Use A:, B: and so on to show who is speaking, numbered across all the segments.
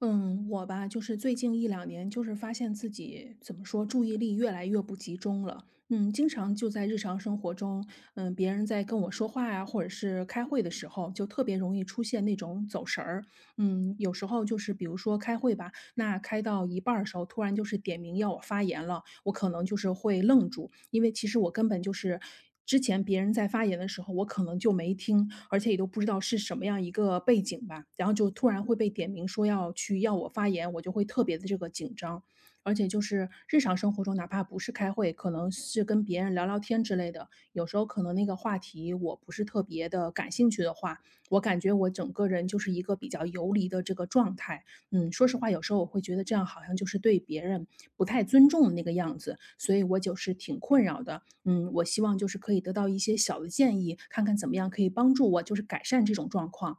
A: 嗯，我吧，就是最近一两年，就是发现自己怎么说，注意力越来越不集中了。嗯，经常就在日常生活中，别人在跟我说话呀，或者是开会的时候，就特别容易出现那种走神儿。有时候就是比如说开会吧，那开到一半儿的时候，突然就是点名要我发言了，我可能就是会愣住，因为其实我根本就是之前别人在发言的时候，我可能就没听，而且也都不知道是什么样一个背景吧，然后就突然会被点名说要去要我发言，我就会特别的这个紧张。而且就是日常生活中，哪怕不是开会，可能是跟别人聊聊天之类的，有时候可能那个话题我不是特别的感兴趣的话，我感觉我整个人就是一个比较游离的这个状态，说实话，有时候我会觉得这样好像就是对别人不太尊重的那个样子，所以我就是挺困扰的。嗯，我希望就是可以得到一些小的建议，看看怎么样可以帮助我，就是改善这种状况。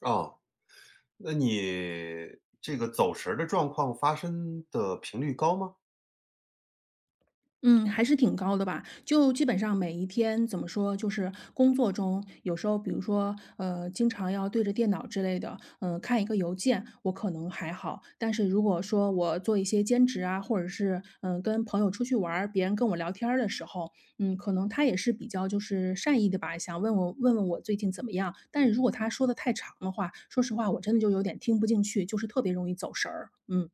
B: 哦，那你这个走神儿的状况发生的频率高吗？
A: 嗯，还是挺高的吧。就基本上每一天怎么说，就是工作中有时候，比如说，经常要对着电脑之类的，看一个邮件，我可能还好。但是如果说我做一些兼职啊，或者是跟朋友出去玩儿别人跟我聊天儿的时候，可能他也是比较就是善意的吧，想问问我最近怎么样。但是如果他说的太长的话，说实话，我真的就有点听不进去，就是特别容易走神儿。嗯。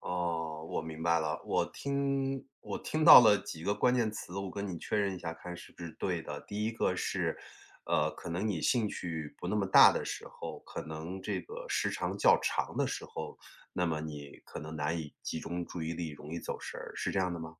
B: 哦，我明白了，我听到了几个关键词，我跟你确认一下，看是不是对的。第一个是，可能你兴趣不那么大的时候，可能这个时长较长的时候，那么你可能难以集中注意力，容易走神儿，是这样的吗？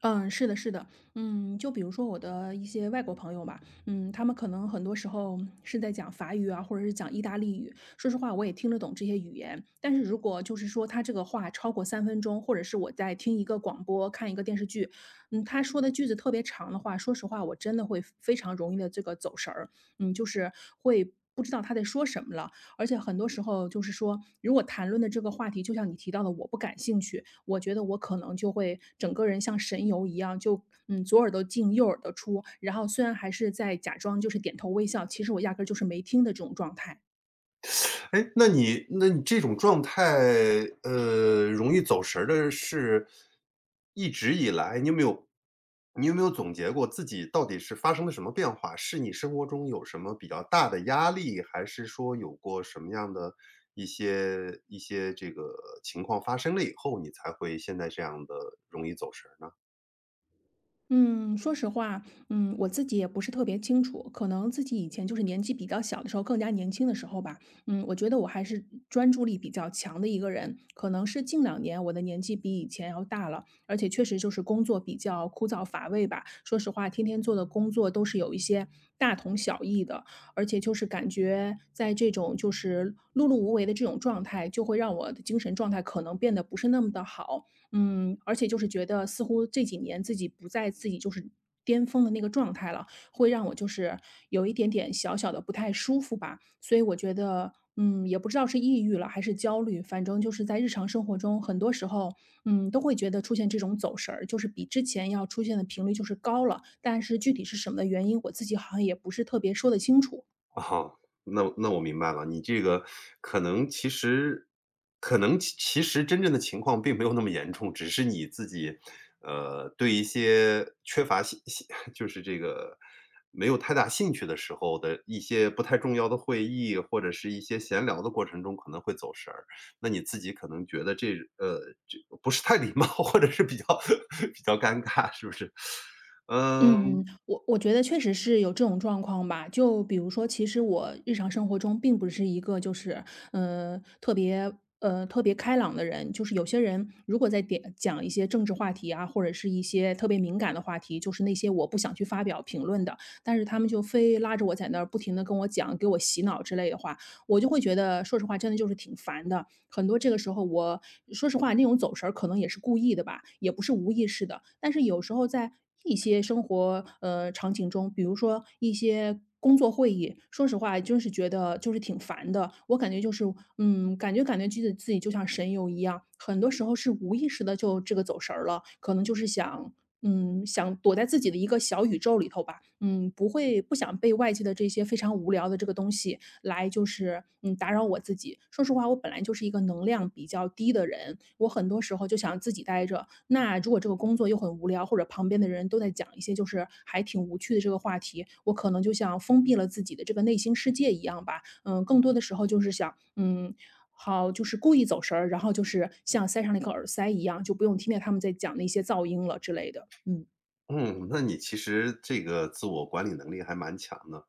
A: 嗯，是的，是的。就比如说我的一些外国朋友吧，他们可能很多时候是在讲法语啊，或者是讲意大利语。说实话，我也听得懂这些语言，但是如果就是说他这个话超过3分钟，或者是我在听一个广播、看一个电视剧，他说的句子特别长的话，说实话，我真的会非常容易的这个走神儿，就是会不知道他在说什么了。而且很多时候就是说，如果谈论的这个话题，就像你提到的，我不感兴趣，我觉得我可能就会整个人像神游一样，就左耳朵进右耳朵出，然后虽然还是在假装就是点头微笑，其实我压根儿就是没听的这种状态。
B: 哎，那你这种状态，容易走神儿的是一直以来，你有没有总结过自己到底是发生了什么变化？是你生活中有什么比较大的压力，还是说有过什么样的一些这个情况发生了以后，你才会现在这样的容易走神儿呢？
A: 嗯，说实话，我自己也不是特别清楚，可能自己以前就是年纪比较小的时候，更加年轻的时候吧，我觉得我还是专注力比较强的一个人，可能是近两年我的年纪比以前要大了，而且确实就是工作比较枯燥乏味吧。说实话，天天做的工作都是有一些大同小异的，而且就是感觉在这种就是碌碌无为的这种状态，就会让我的精神状态可能变得不是那么的好。而且就是觉得似乎这几年自己不在自己就是巅峰的那个状态了，会让我就是有一点点小小的不太舒服吧。所以我觉得，也不知道是抑郁了还是焦虑，反正就是在日常生活中，很多时候，都会觉得出现这种走神儿，就是比之前要出现的频率就是高了。但是具体是什么的原因，我自己好像也不是特别说得清楚。
B: 啊，那那我明白了，你这个可能其实可能其其实真正的情况并没有那么严重，只是你自己，呃，对一些缺乏 就是这个没有太大兴趣的时候的一些不太重要的会议，或者是一些闲聊的过程中可能会走神儿。那你自己可能觉得这不是太礼貌，或者是比较 比较尴尬，是不是？嗯嗯。
A: 嗯，我觉得确实是有这种状况吧。就比如说，其实我日常生活中并不是一个就是，呃，特别特别开朗的人。就是有些人如果在点讲一些政治话题啊，或者是一些特别敏感的话题，就是那些我不想去发表评论的，但是他们就非拉着我在那儿不停的跟我讲，给我洗脑之类的话。我就会觉得，说实话，真的就是挺烦的。很多这个时候我，说实话，那种走神儿可能也是故意的吧，也不是无意识的。但是有时候在一些生活场景中，比如说一些工作会议，说实话，就是觉得就是挺烦的。我感觉就是，感觉自己就像神游一样，很多时候是无意识的就这个走神儿了，可能就是想。想躲在自己的一个小宇宙里头吧，不会不想被外界的这些非常无聊的这个东西来就是打扰我自己。说实话，我本来就是一个能量比较低的人，我很多时候就想自己待着。那如果这个工作又很无聊，或者旁边的人都在讲一些就是还挺无趣的这个话题，我可能就像封闭了自己的这个内心世界一样吧。嗯，更多的时候就是想，就是故意走神儿，然后就是像塞上了一个耳塞一样，就不用听见他们在讲那些噪音了之类的。嗯。
B: 嗯，那你其实这个自我管理能力还蛮强的。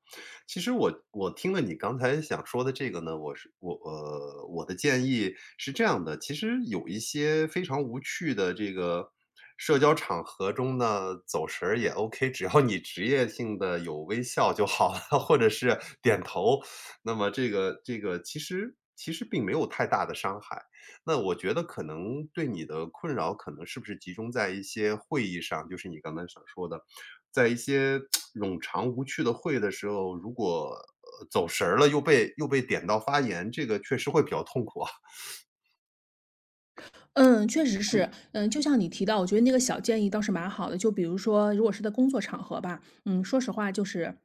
B: 其实我听了你刚才想说的这个呢，我的建议是这样的，其实有一些非常无趣的这个社交场合中呢，走神儿也 OK,只要你职业性的有微笑就好了，或者是点头，那么这个其实并没有太大的伤害。那我觉得可能对你的困扰，可能是不是集中在一些会议上，就是你刚才想说的，在一些冗长无趣的会的时候，如果，走神儿了，又被点到发言，这个确实会比较痛苦啊。
A: 嗯，确实是。嗯，就像你提到，我觉得那个小建议倒是蛮好的。就比如说，如果是在工作场合吧，说实话，就是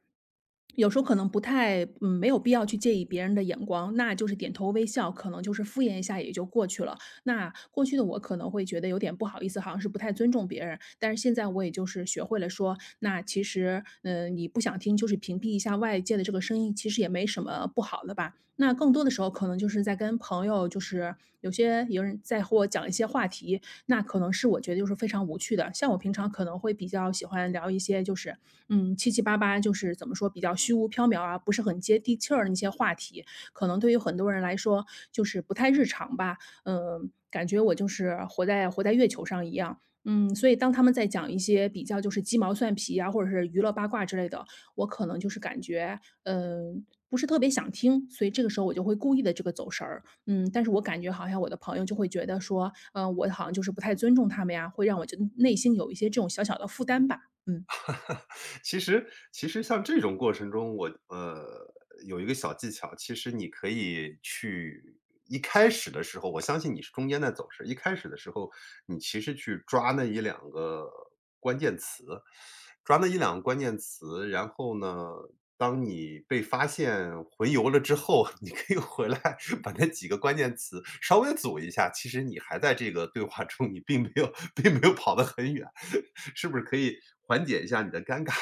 A: 有时候可能不太，没有必要去介意别人的眼光，那就是点头微笑，可能就是敷衍一下也就过去了。那过去的我可能会觉得有点不好意思，好像是不太尊重别人，但是现在我也就是学会了说，那其实，你不想听，就是屏蔽一下外界的这个声音，其实也没什么不好的吧。那更多的时候可能就是在跟朋友，就是有人在和我讲一些话题，那可能是我觉得就是非常无趣的。像我平常可能会比较喜欢聊一些就是，七七八八，就是怎么说比较虚无缥缈啊，不是很接地气儿的那些话题，可能对于很多人来说就是不太日常吧。感觉我就是活在月球上一样。所以当他们在讲一些比较就是鸡毛蒜皮啊，或者是娱乐八卦之类的，我可能就是感觉，不是特别想听，所以这个时候我就会故意的这个走神儿。嗯，但是我感觉好像我的朋友就会觉得说，我好像就是不太尊重他们呀，会让我就内心有一些这种小小的负担吧，嗯。
B: 其实其实像这种过程中，我有一个小技巧，其实你可以去一开始的时候，我相信你是中间在走神，一开始的时候，你其实去抓那一两个关键词，抓那一两个关键词，然后呢，当你被发现回游了之后，你可以回来把那几个关键词稍微组一下，其实你还在这个对话中，你并没有跑得很远，是不是可以缓解一下你的尴尬？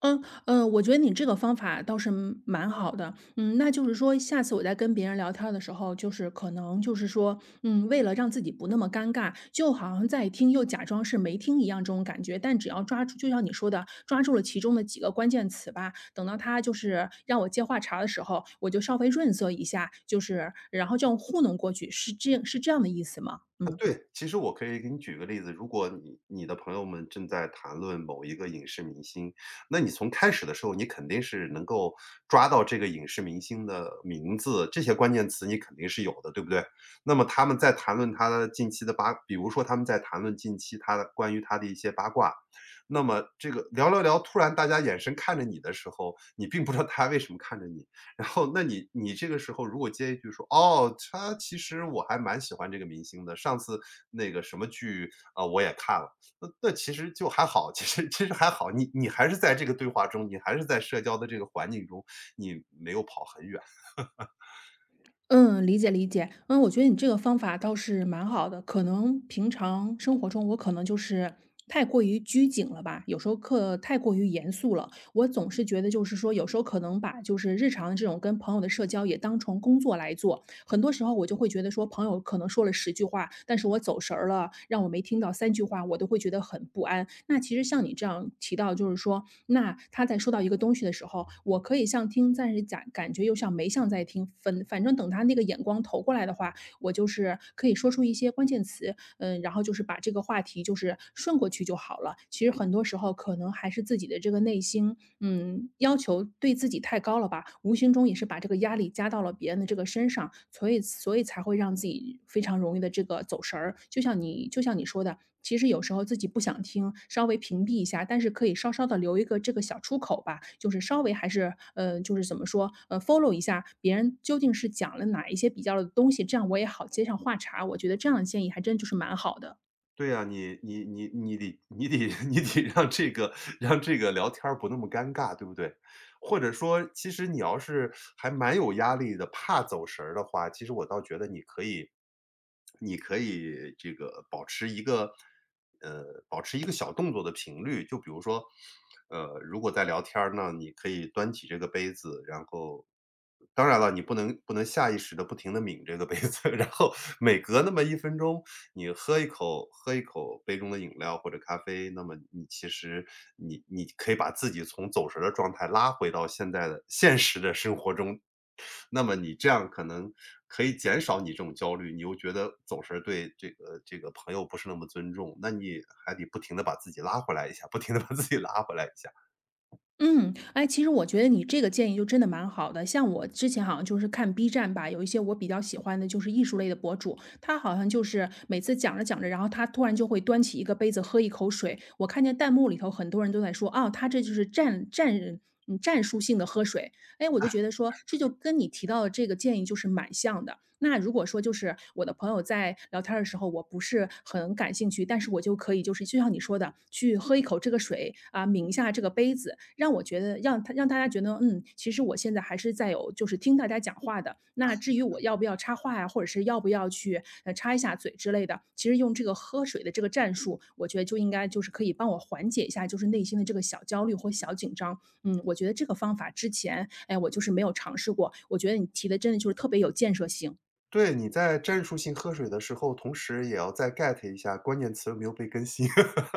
A: 嗯，我觉得你这个方法倒是蛮好的。嗯，那就是说，下次我在跟别人聊天儿的时候，就是可能就是说，为了让自己不那么尴尬，就好像在听又假装是没听一样这种感觉。但只要抓住，就像你说的，抓住了其中的几个关键词吧，等到他就是让我接话茬儿的时候，我就稍微润色一下，就是然后这样糊弄过去，是这样的意思吗？
B: 啊，
A: 嗯。
B: 对，其实我可以给你举个例子，如果你的朋友们正在谈论某一个影视明星，那你从开始的时候，你肯定是能够抓到这个影视明星的名字，这些关键词你肯定是有的，对不对？那么他们在谈论他的近期的比如说他们在谈论近期他的关于他的一些八卦，那么这个聊，突然大家眼神看着你的时候，你并不知道他为什么看着你，然后那你这个时候如果接一句说："哦，他其实我还蛮喜欢这个明星的，上次那个什么剧，啊，我也看了。"那那其实就还好，其实还好，你还是在这个对话中，你还是在社交的这个环境中，你没有跑很远。
A: 嗯，理解理解。嗯，我觉得你这个方法倒是蛮好的。可能平常生活中，我可能就是太过于拘谨了吧，有时候课太过于严肃了。我总是觉得，就是说，有时候可能把就是日常的这种跟朋友的社交也当成工作来做。很多时候我就会觉得说，朋友可能说了十句话，但是我走神儿了，让我没听到三句话，我都会觉得很不安。那其实像你这样提到，就是说，那他在说到一个东西的时候，我可以像听，但是感觉又像没像在听，反正等他那个眼光投过来的话，我就是可以说出一些关键词，嗯，然后就是把这个话题就是顺过去就好了。其实很多时候可能还是自己的这个内心嗯，要求对自己太高了吧，无形中也是把这个压力加到了别人的这个身上，所以才会让自己非常容易的这个走神儿。就像你说的，其实有时候自己不想听，稍微屏蔽一下，但是可以稍稍的留一个这个小出口吧，就是稍微还是就是怎么说，follow 一下别人究竟是讲了哪一些比较的东西，这样我也好接上话茬儿我觉得这样的建议还真就是蛮好的。
B: 对呀，你得 你得让这个让这个聊天儿不那么尴尬，对不对？或者说，其实你要是还蛮有压力的，怕走神儿的话，其实我倒觉得你可以，你可以这个保持一个保持一个小动作的频率，就比如说。呃，如果在聊天儿呢，你可以端起这个杯子，然后当然了，你不能下意识的不停的抿这个杯子，然后每隔那么一分钟，你喝一口杯中的饮料或者咖啡，那么你其实你可以把自己从走神儿的状态拉回到现在的现实的生活中，那么你这样可能可以减少你这种焦虑，你又觉得走神儿对这个朋友不是那么尊重，那你还得不停的把自己拉回来一下，不停的把自己拉回来一下。
A: 嗯，哎，其实我觉得你这个建议就真的蛮好的。像我之前好像就是看 B 站吧，有一些我比较喜欢的就是艺术类的博主，他好像就是每次讲着讲着，然后他突然就会端起一个杯子喝一口水。我看见弹幕里头很多人都在说，啊，他这就是嗯战术性的喝水，哎，我就觉得说，这就跟你提到的这个建议就是蛮像的。那如果说就是我的朋友在聊天儿的时候，我不是很感兴趣，但是我就可以就是就像你说的，去喝一口这个水啊，抿一下这个杯子，让我觉得让他让大家觉得，嗯，其实我现在还是在有就是听大家讲话的。那至于我要不要插话呀，或者是要不要去插一下嘴之类的，其实用这个喝水的这个战术，我觉得就应该就是可以帮我缓解一下就是内心的这个小焦虑或小紧张。嗯，我觉得这个方法之前，哎，我就是没有尝试过。我觉得你提的真的就是特别有建设性。
B: 对，你在战术性喝水的时候，同时也要再 get 一下关键词有没有被更新，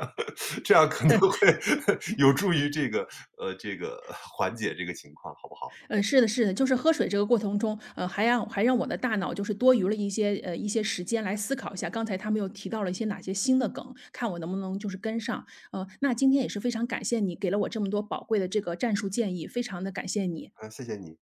B: 这样可能 会 有助于这个缓解这个情况，好不好？
A: 嗯，是的，是的，就是喝水这个过程中，呃，还让我的大脑就是多余了一些一些时间来思考一下，刚才他们又提到了一些哪些新的梗，看我能不能就是跟上。那今天也是非常感谢你给了我这么多宝贵的这个战术建议，非常的感谢你。
B: 嗯，谢谢你。